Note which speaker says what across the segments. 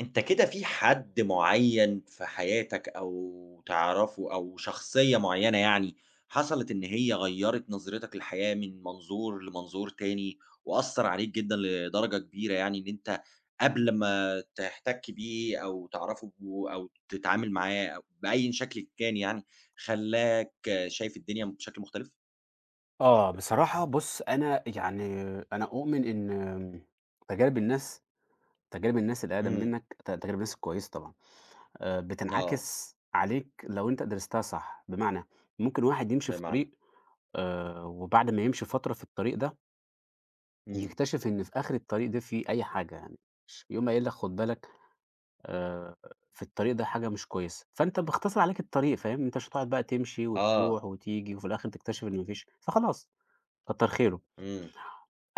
Speaker 1: أنت كده في حد معيّن في حياتك أو تعرفه أو شخصية معيّنة يعني، حصلت إن هي غيّرت نظرتك للحياة من منظور لمنظور تاني، وأثّر عليك جدًا لدرجة كبيرة يعني إن أنت قبل ما تحتك بيه أو تعرفه أو تتعامل معاه أو بأيًا شكل كان يعني، خلّاك شايف الدنيا بشكل مختلف؟
Speaker 2: آه، بصراحة بُص، أنا يعني أنا أؤمن إن تجارب الناس تجارب الناس الأقدم
Speaker 1: إمم.
Speaker 2: منّك ت تجارب الناس الكويسة طبعًا،
Speaker 1: آه.
Speaker 2: بتنعكس عليك لو أنت درستها صح. بمعنى ممكن واحد يمشي في
Speaker 1: بمعنى.
Speaker 2: طريق وبعد ما يمشي فترة في الطريق ده،
Speaker 1: إمم.
Speaker 2: يكتشف إن في آخر الطريق ده فيه أي حاجة يعني، يقوم قايل لك خُد بالك، آآ في الطريق ده حاجة مش كويسة، فأنت باختصر عليك الطريق فاهم، أنت مش هتقعد بقى تمشي
Speaker 1: آه.
Speaker 2: وتروح وتيجي وفي الآخر تكتشف إن ما فيش، فخلاص كتّر خيره.
Speaker 1: إمم.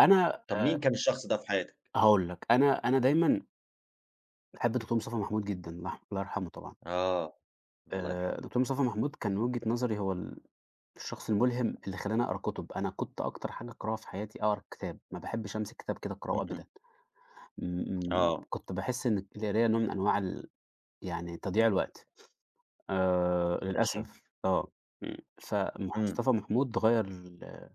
Speaker 2: أنا
Speaker 1: طَب مين كان الشخص ده في حياتك؟
Speaker 2: هاقول لك، أنا دايمًا باحب الدكتور مصطفى محمود جدًا، الله يرحمه طبعًا.
Speaker 1: آه. الله يرحمه.
Speaker 2: دكتور مصطفى محمود كان من وجهة نظري هو الشخص الملهم اللي خلّاني أقرا كُتب. أنا كنت أكتر حاجة أقراها في حياتي أقرا كتاب، ما باحبش أمسك كتاب كده أقراه
Speaker 1: إمم.
Speaker 2: أبدًا.
Speaker 1: آه.
Speaker 2: كنت باحس إن القراية نوع من أنواع يعني تضييع الوقت،
Speaker 1: ماشي؟
Speaker 2: للأسف آه.
Speaker 1: إمم.
Speaker 2: فمصطفى محمود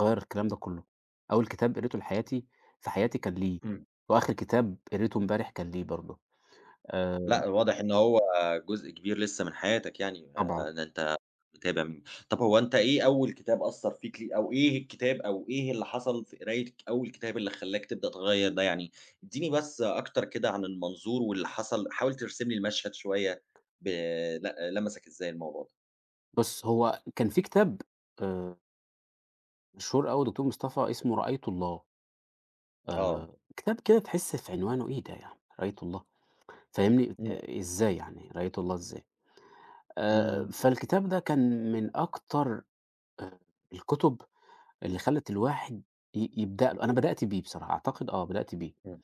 Speaker 2: غيّر الكلام ده كلّه. أول كتاب قريته في حياتي كان ليه،
Speaker 1: إمم.
Speaker 2: وآخر كتاب قريته امبارح كان ليه برضه. آآ
Speaker 1: لأ، واضح إن هو جزء كبير لسه من حياتك يعني،
Speaker 2: طبعًا.
Speaker 1: إن أنت متابع من. طب هو أنت إيه أول كتاب أثّر فيك لي أو إيه الكتاب أو إيه اللي حصل في قراية أول كتاب اللي خلّاك تبدأ تغيّر ده يعني؟ ادّيني بس أكتر كده عن المنظور واللي حصل، حاول ترسم لي المشهد شوية ب لأ، لمسك إزاي الموضوع ده؟
Speaker 2: بُص، هو كان في كتاب آآ مشهور أوي لدكتور مصطفى اسمه رعاية الله.
Speaker 1: آه.
Speaker 2: كتاب كده تحس في عنوانه إيه ده يا عم رعاية الله! فاهمني؟
Speaker 1: إمم.
Speaker 2: إزاي يعني رعاية الله إزاي؟
Speaker 1: إمم.
Speaker 2: فالكتاب ده كان من أكتر آآ الكتب اللي خلّت الواحد يبدأ له. أنا بدأت بيه بصراحة، أعتقد آه بدأت بيه.
Speaker 1: إمم.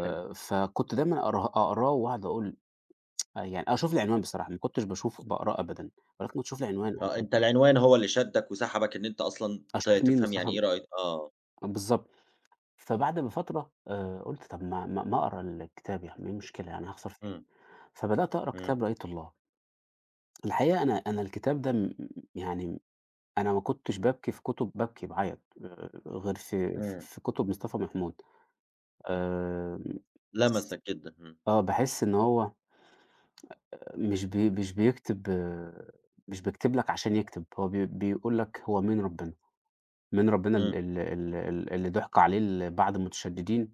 Speaker 1: حلو.
Speaker 2: فكنت دايمًا أقراه وأقعد أقول آه. يعني أشوف العنوان بصراحة، ما كنتش باشوف باقراه أبدًا، ولكن كنت أشوف العنوان،
Speaker 1: آه، أنت العنوان هو اللي شدّك وسحبك إن أنت أصلًا ت
Speaker 2: أشوف مين
Speaker 1: تفهم يعني
Speaker 2: مصطفى
Speaker 1: إيه رأي. آه.
Speaker 2: بالضبط. فبعد بفترة قُلت طَب ما أقرا الكتاب، يعني إيه المشكلة يعني هاخسر في إيه؟
Speaker 1: إمم.
Speaker 2: فبدأت أقرا
Speaker 1: إمم.
Speaker 2: كتاب رأيت الله. الحقيقة أنا الكتاب ده يعني أنا ما كنتش بابكي في كتب، بابكي باعيّط غير في
Speaker 1: إمم.
Speaker 2: كتب مصطفى محمود.
Speaker 1: إمم.
Speaker 2: آمم باحس
Speaker 1: لمسك جدًا. إمم.
Speaker 2: آه، باحس إن هو مش بيكتب آه، مش بيكتب لك عشان يكتب. هو بيقول لك هو مين ربنا، مين ربنا ال
Speaker 1: إمم.
Speaker 2: ال ال ال اللي ضُحك عليه بعض المتشددين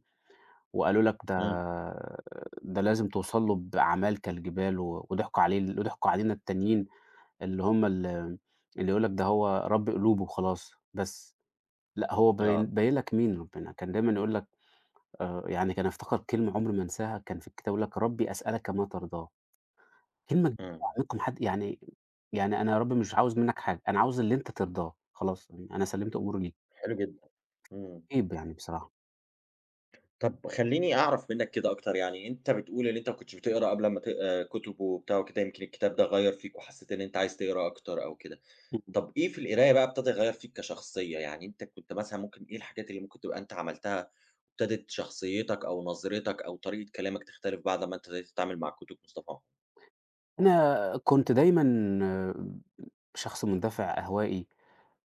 Speaker 2: وقالوا لك
Speaker 1: إمم.
Speaker 2: ده لازم توصل له بأعمال كالجبال، وضحكوا عليه وضحكوا علينا التانيين اللي هم اللي يقول لك ده هو رب قلوب وخلاص بس. لأ هو باين
Speaker 1: آه.
Speaker 2: باين لك مين ربنا. كان دايمًا يقول لك يعني، كان أفتكر كلمة عمري ما انساها كان في الكتاب يقول لك "ربي أسألك ما ترضاه." كلمة كبيرة
Speaker 1: إمم.
Speaker 2: منكم حد يعني، يعني أنا يا رب مش عاوز منك حاجة، أنا عاوز اللي أنت ترضاه، خلاص يعني أنا سلمت أموري ليك،
Speaker 1: حلو جدًا. إمم.
Speaker 2: عيب يعني بصراحة.
Speaker 1: طب خلّيني أعرف منّك كده أكتر، يعني أنت بتقول إن أنت ما كنتش بتقرا قبل أمّا ت كُتب وبتاع وكده، يمكن الكتاب ده غيّر فيك وحسّيت إن أنت عايز تقرا أكتر أو كده. طب إيه في القراية بقى ابتدى يغيّر فيك كشخصية، يعني أنت كنت مثلًا ممكن إيه الحاجات اللي ممكن تبقى أنت عملتها ابتدت شخصيتك أو نظرتك أو طريقة كلامك تختلف بعد ما أنت ابتديت تتعامل مع كُتب مصطفى عمر؟
Speaker 2: أنا كنت دايمًا آه، شخص مندفع، انطوائي.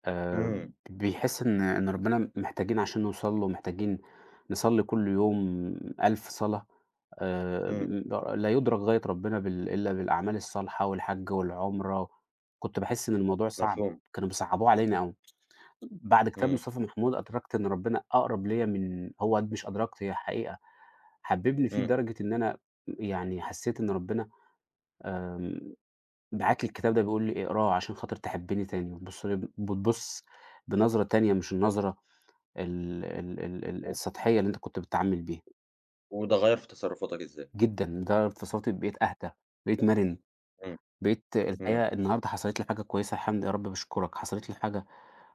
Speaker 2: آآ
Speaker 1: إمم.
Speaker 2: بيحس إن ربنا محتاجين عشان نوصل له، محتاجين نصلّي كل يوم 1000 صلاة. آآ
Speaker 1: إمم.
Speaker 2: لا يُدرك غاية ربنا إلا بالأعمال الصالحة والحَج والعُمرة. كنت باحس إن الموضوع صعب،
Speaker 1: مفهوم.
Speaker 2: كانوا بيصعّبوه علينا أوي. بعد كتاب
Speaker 1: إمم.
Speaker 2: مصطفى محمود أدركت إن ربنا أقرب ليّا من هو، مش أدركت هي حقيقة. حبّبني فيه
Speaker 1: إمم.
Speaker 2: لدرجة إن أنا يعني حسّيت إن ربنا آمم معاك الكتاب ده بيقول لي اقراه عشان خاطر تحبني تاني وتبص لي، بتبص بنظرة تانية مش النظرة ال ال ال ال
Speaker 1: و
Speaker 2: السطحية اللي انت كنت بتتعامل بيها
Speaker 1: وده غيّر في تصرفاتك إزاي؟
Speaker 2: جدا. ده انفصلت، بقيت اهدى، بقيت مرن،
Speaker 1: إمم.
Speaker 2: بقيت الحقيقة.
Speaker 1: إمم.
Speaker 2: النهاردة حصلت لي حاجة كويسة الحمد يا رب بشكرك، حصلت لي حاجة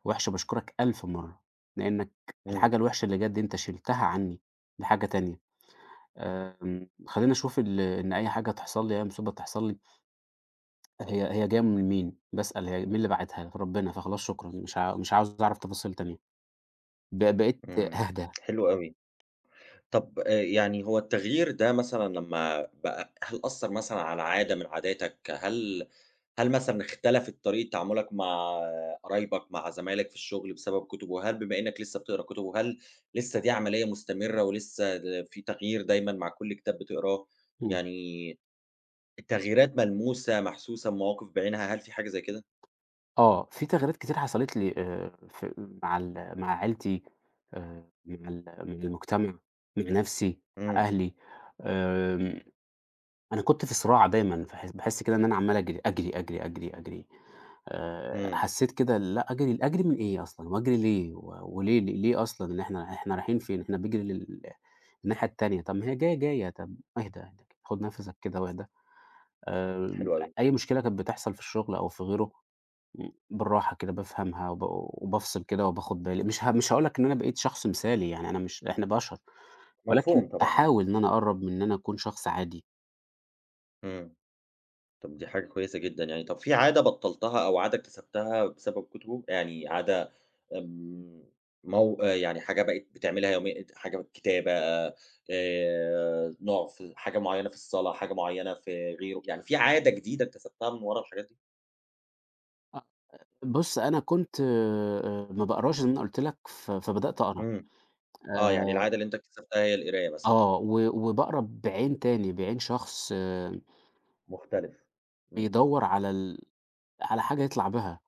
Speaker 2: وحشة بشكرك ألف مرة لأنك
Speaker 1: إمم.
Speaker 2: الحاجة الوحشة اللي جت دي أنت شلتها عني لحاجة تانية. أم، خلينا أشوف إن أي حاجة تحصل لي، أي مصيبة تحصل لي، هي جاية من مين؟ باسأل هي مين اللي باعتها لي؟ ربنا، فخلاص شكرًا، مش عاوز أعرف تفاصيل تانية. بقيت
Speaker 1: إمم.
Speaker 2: أهدى.
Speaker 1: حلو أوي. طب يعني هو التغيير ده مثلًا لمّا بقى هل أثّر مثلًا على عادة من عاداتك؟ هل مثلًا اختلفت طريقة تعاملك مع قرايبك، مع زمايلك في الشغل بسبب كُتب؟ وهل بما إنّك لسّه بتقرا كُتب، وهل لسّه دي عملية مستمرة ولسّه في تغيير دايمًا مع كل كتاب بتقراه؟
Speaker 2: إمم.
Speaker 1: يعني التغييرات ملموسة، محسوسة، بمواقف بعينها، هل في حاجة زي كده؟
Speaker 2: آه، في تغييرات كتير حصلت لي في مع عيلتي، مع المجتمع، مع نفسي، مع
Speaker 1: إمم.
Speaker 2: أهلي. آمم، أنا كنت في صراع دايمًا، باحس كده إن أنا عمّال أجري، أجري، أجري، أجري، أجري.
Speaker 1: إمم.
Speaker 2: حسيت كده لأ، أجري أجري من إيه أصلًا وأجري ليه و وليه ليه أصلًا، إن إحنا رايحين فين؟ إحنا بنجري الناحية التانية. طب ما هي جاية، جاية، طب اهدى، اهدى، كده، خُد نَفَسك كده واهدى. آآ
Speaker 1: حلو أوي.
Speaker 2: أي مشكلة كانت بتحصل في الشغل أو في غيره، بالراحة كده بافهمها وبافصل كده وباخد بالي. مش هاقول لك إن أنا بقيت شخص مثالي، يعني أنا مش، إحنا بشر، ولكن
Speaker 1: مفهوم طبعًا. آه.
Speaker 2: أحاول إن أنا أقرّب من إن أنا أكون شخص عادي.
Speaker 1: إمم. طب دي حاجة كويسة جدًا يعني، طب في عادة بطّلتها أو عادة اكتسبتها بسبب كتب، يعني عادة آمم، مو يعني حاجة بقيت بتعملها يوميًا ات حاجة كتابة نوع في حاجة معيّنة في الصلاة، حاجة معيّنة في غيره، يعني في عادة جديدة اكتسبتها من ورا الحاجات دي؟
Speaker 2: أ بُص، أنا كنت ما باقراش زي ما أنا قُلت لك، فبدأت أقرا.
Speaker 1: إمم. آه، يعني
Speaker 2: آآ
Speaker 1: العادة اللي أنت اكتسبتها هي القراية مثلًا.
Speaker 2: آه، وباقرا بعين تاني، بعين شخص آه،
Speaker 1: مختلف. إمم.
Speaker 2: بيدوّر على على حاجة يطلع بها.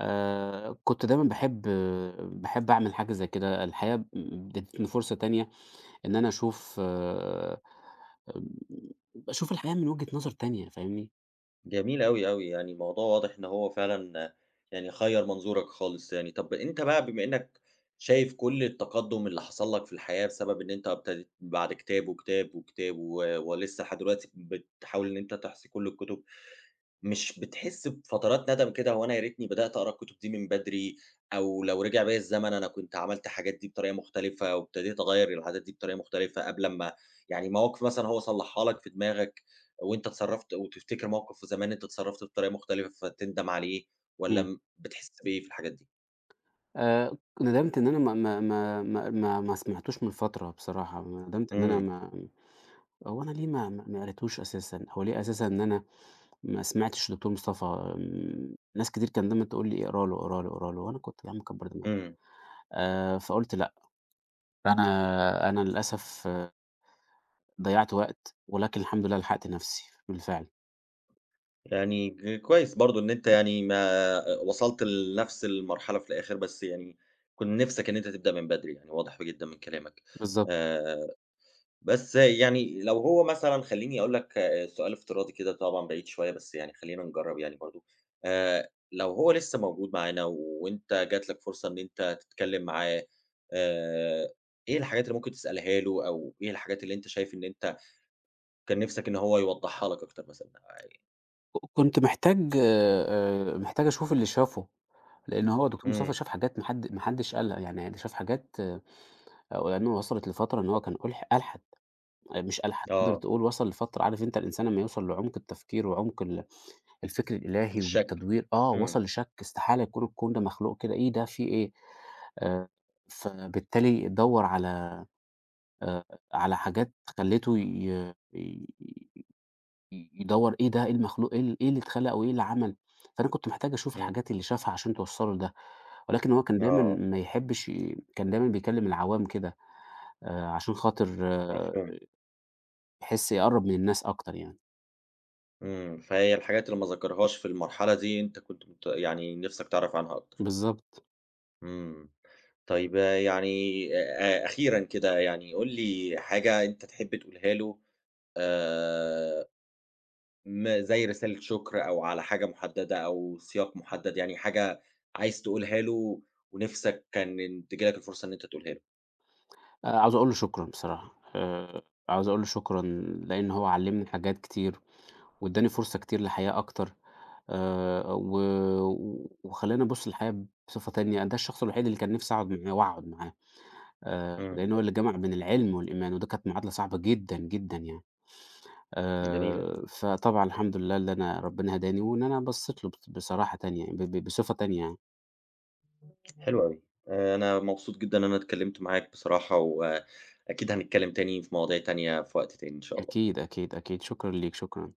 Speaker 2: كنت دايمًا باحب أعمل حاجة زي كده، الحقيقة ادّتني فرصة تانية إن أنا أشوف آمم، أشوف الحياة من وجهة نظر تانية فاهمني؟
Speaker 1: جميل أوي، أوي، يعني الموضوع واضح إن هو فعلًا يعني غيّر منظورك خالص يعني. طب أنت بقى بما إنك شايف كل التقدُّم اللي حصل لك في الحياة بسبب إن أنت ابتديت بعد كتاب، وكتاب، وكتاب، ولسه لحد دلوقتي بتحاول إن أنت تحصي كل الكتب. مش بتحس بفترات ندم كده هو أنا يا ريتني بدأت أقرا الكتب دي من بدري، أو لو رجع بيّا الزمن أنا كنت عملت الحاجات دي بطريقة مختلفة، وابتديت أغيّر العادات دي بطريقة مختلفة قبل أمّا يعني مواقف مثلًا هو صلّحها لك في دماغك، وأنت اتصرّفت وتفتكر موقف في زمان أنت اتصرّفت بطريقة مختلفة فتندم عليه، والّا
Speaker 2: إمم.
Speaker 1: م بتحس بإيه في الحاجات دي؟
Speaker 2: ندمت إن أنا ما سمعتوش من فترة بصراحة، ندمت إن أنا
Speaker 1: إمم.
Speaker 2: ما هو أنا ليه ما قريتوش أساسًا. هو ليه أساسًا إن أنا ما سمعتش دكتور مصطفى. ناس كتير كان دايمًا تقول لي اقرا له، اقرا له، اقرا له، وأنا كنت يا عم كبّر دماغك.
Speaker 1: إمم.
Speaker 2: فقُلت لأ، أنا للأسف ضيّعت وقت، ولكن الحمد لله لحقت نفسي بالفعل.
Speaker 1: يعني كويس برضه إن أنت يعني ما وصلت لنفس المرحلة في الآخر، بس يعني كنت نِفْسك إن أنت تبدأ من بدري يعني واضح جدًا من كلامك.
Speaker 2: بالضبط.
Speaker 1: آآ بس يعني لو هو مثلًا خلّيني أقول لك آه، سؤال افتراضي كده طبعًا بعيد شوية، بس يعني خلّينا نجرّب يعني برضه. لو هو لسه موجود معانا وأنت جات لك فرصة إن أنت تتكلّم معاه، آآ إيه الحاجات اللي ممكن تسألها له، أو إيه الحاجات اللي أنت شايف إن أنت كان نِفْسك إن هو يوضّحها لك أكتر مثلًا؟
Speaker 2: كنت محتاج محتاج أشوف اللي شافه، لإن هو دكتور مصطفى
Speaker 1: إمم.
Speaker 2: شاف حاجات ما حدش قالها، يعني ده شاف حاجات آه. لإنه وصلت لفترة إن هو كان ألحد آه، مش ألحد تقدر
Speaker 1: آه.
Speaker 2: تقول، وصل لفترة عارف أنت الإنسان لمّا يوصل لعمق التفكير وعمق الفكر الإلهي
Speaker 1: الشَك.
Speaker 2: والتدوير آه،
Speaker 1: إمم.
Speaker 2: وصل لشَك استحالة يكون الكون ده مخلوق كده، إيه ده في إيه؟ آآ، فبالتالي دَوّر على آآ، على حاجات خلّيته ي ي ي يدوّر إيه ده، إيه المخلوق، إيه إيه اللي اتخلق وإيه اللي عمل. فأنا كنت محتاج أشوف
Speaker 1: إمم.
Speaker 2: الحاجات اللي شافها عشان توصّله لده، ولكن هو كان دايمًا
Speaker 1: آه.
Speaker 2: ما يحبّش كان دايمًا بيكلّم العوام كده عشان خاطر آه،
Speaker 1: مفهوم.
Speaker 2: يحس يقرّب من الناس أكتر يعني.
Speaker 1: إمم. فهي الحاجات اللي ما ذكرهاش في المرحلة دي أنت كنت مت يعني نِفْسك تعرف عنها أكتر.
Speaker 2: بالضبط.
Speaker 1: إمم. طيب آه، يعني أخيرًا كده يعني قُل لي حاجة أنت تحب تقولها له آآ، ما زي رسالة شكر أو على حاجة محددة أو سياق محدد، يعني حاجة عايز تقولها له ونِفْسك كان إن تيجي لك الفرصة إن أنت تقولها له.
Speaker 2: عاوز أقول له شكرًا بصراحة. عاوز أقول له شكرًا لإن هو علّمني حاجات كتير وادّاني فرصة كتير لحياة أكتر، و وخلّاني أبُص للحياة بصفة تانية. ده الشخص الوحيد اللي كان نِفْسي أقعد معاه وأقعد معاه.
Speaker 1: إمم.
Speaker 2: لأن هو اللي جمع بين العلم والإيمان، وده كانت معادلة صعبة جدًا، جدًا يعني.
Speaker 1: جميل أوي.
Speaker 2: فطبعًا الحمد لله اللي أنا ربنا هداني، وإن أنا بصّيت له بصراحة تانية، يعني، ب ب بصفة تانية يعني.
Speaker 1: حلو أوي. أنا مبسوط جدًا إن أنا اتكلمت معاك بصراحة، وأكيد هنتكلم تاني في مواضيع تانية في وقت تاني إن شاء الله.
Speaker 2: أكيد، أكيد، أكيد. شكرًا ليك، شكرًا.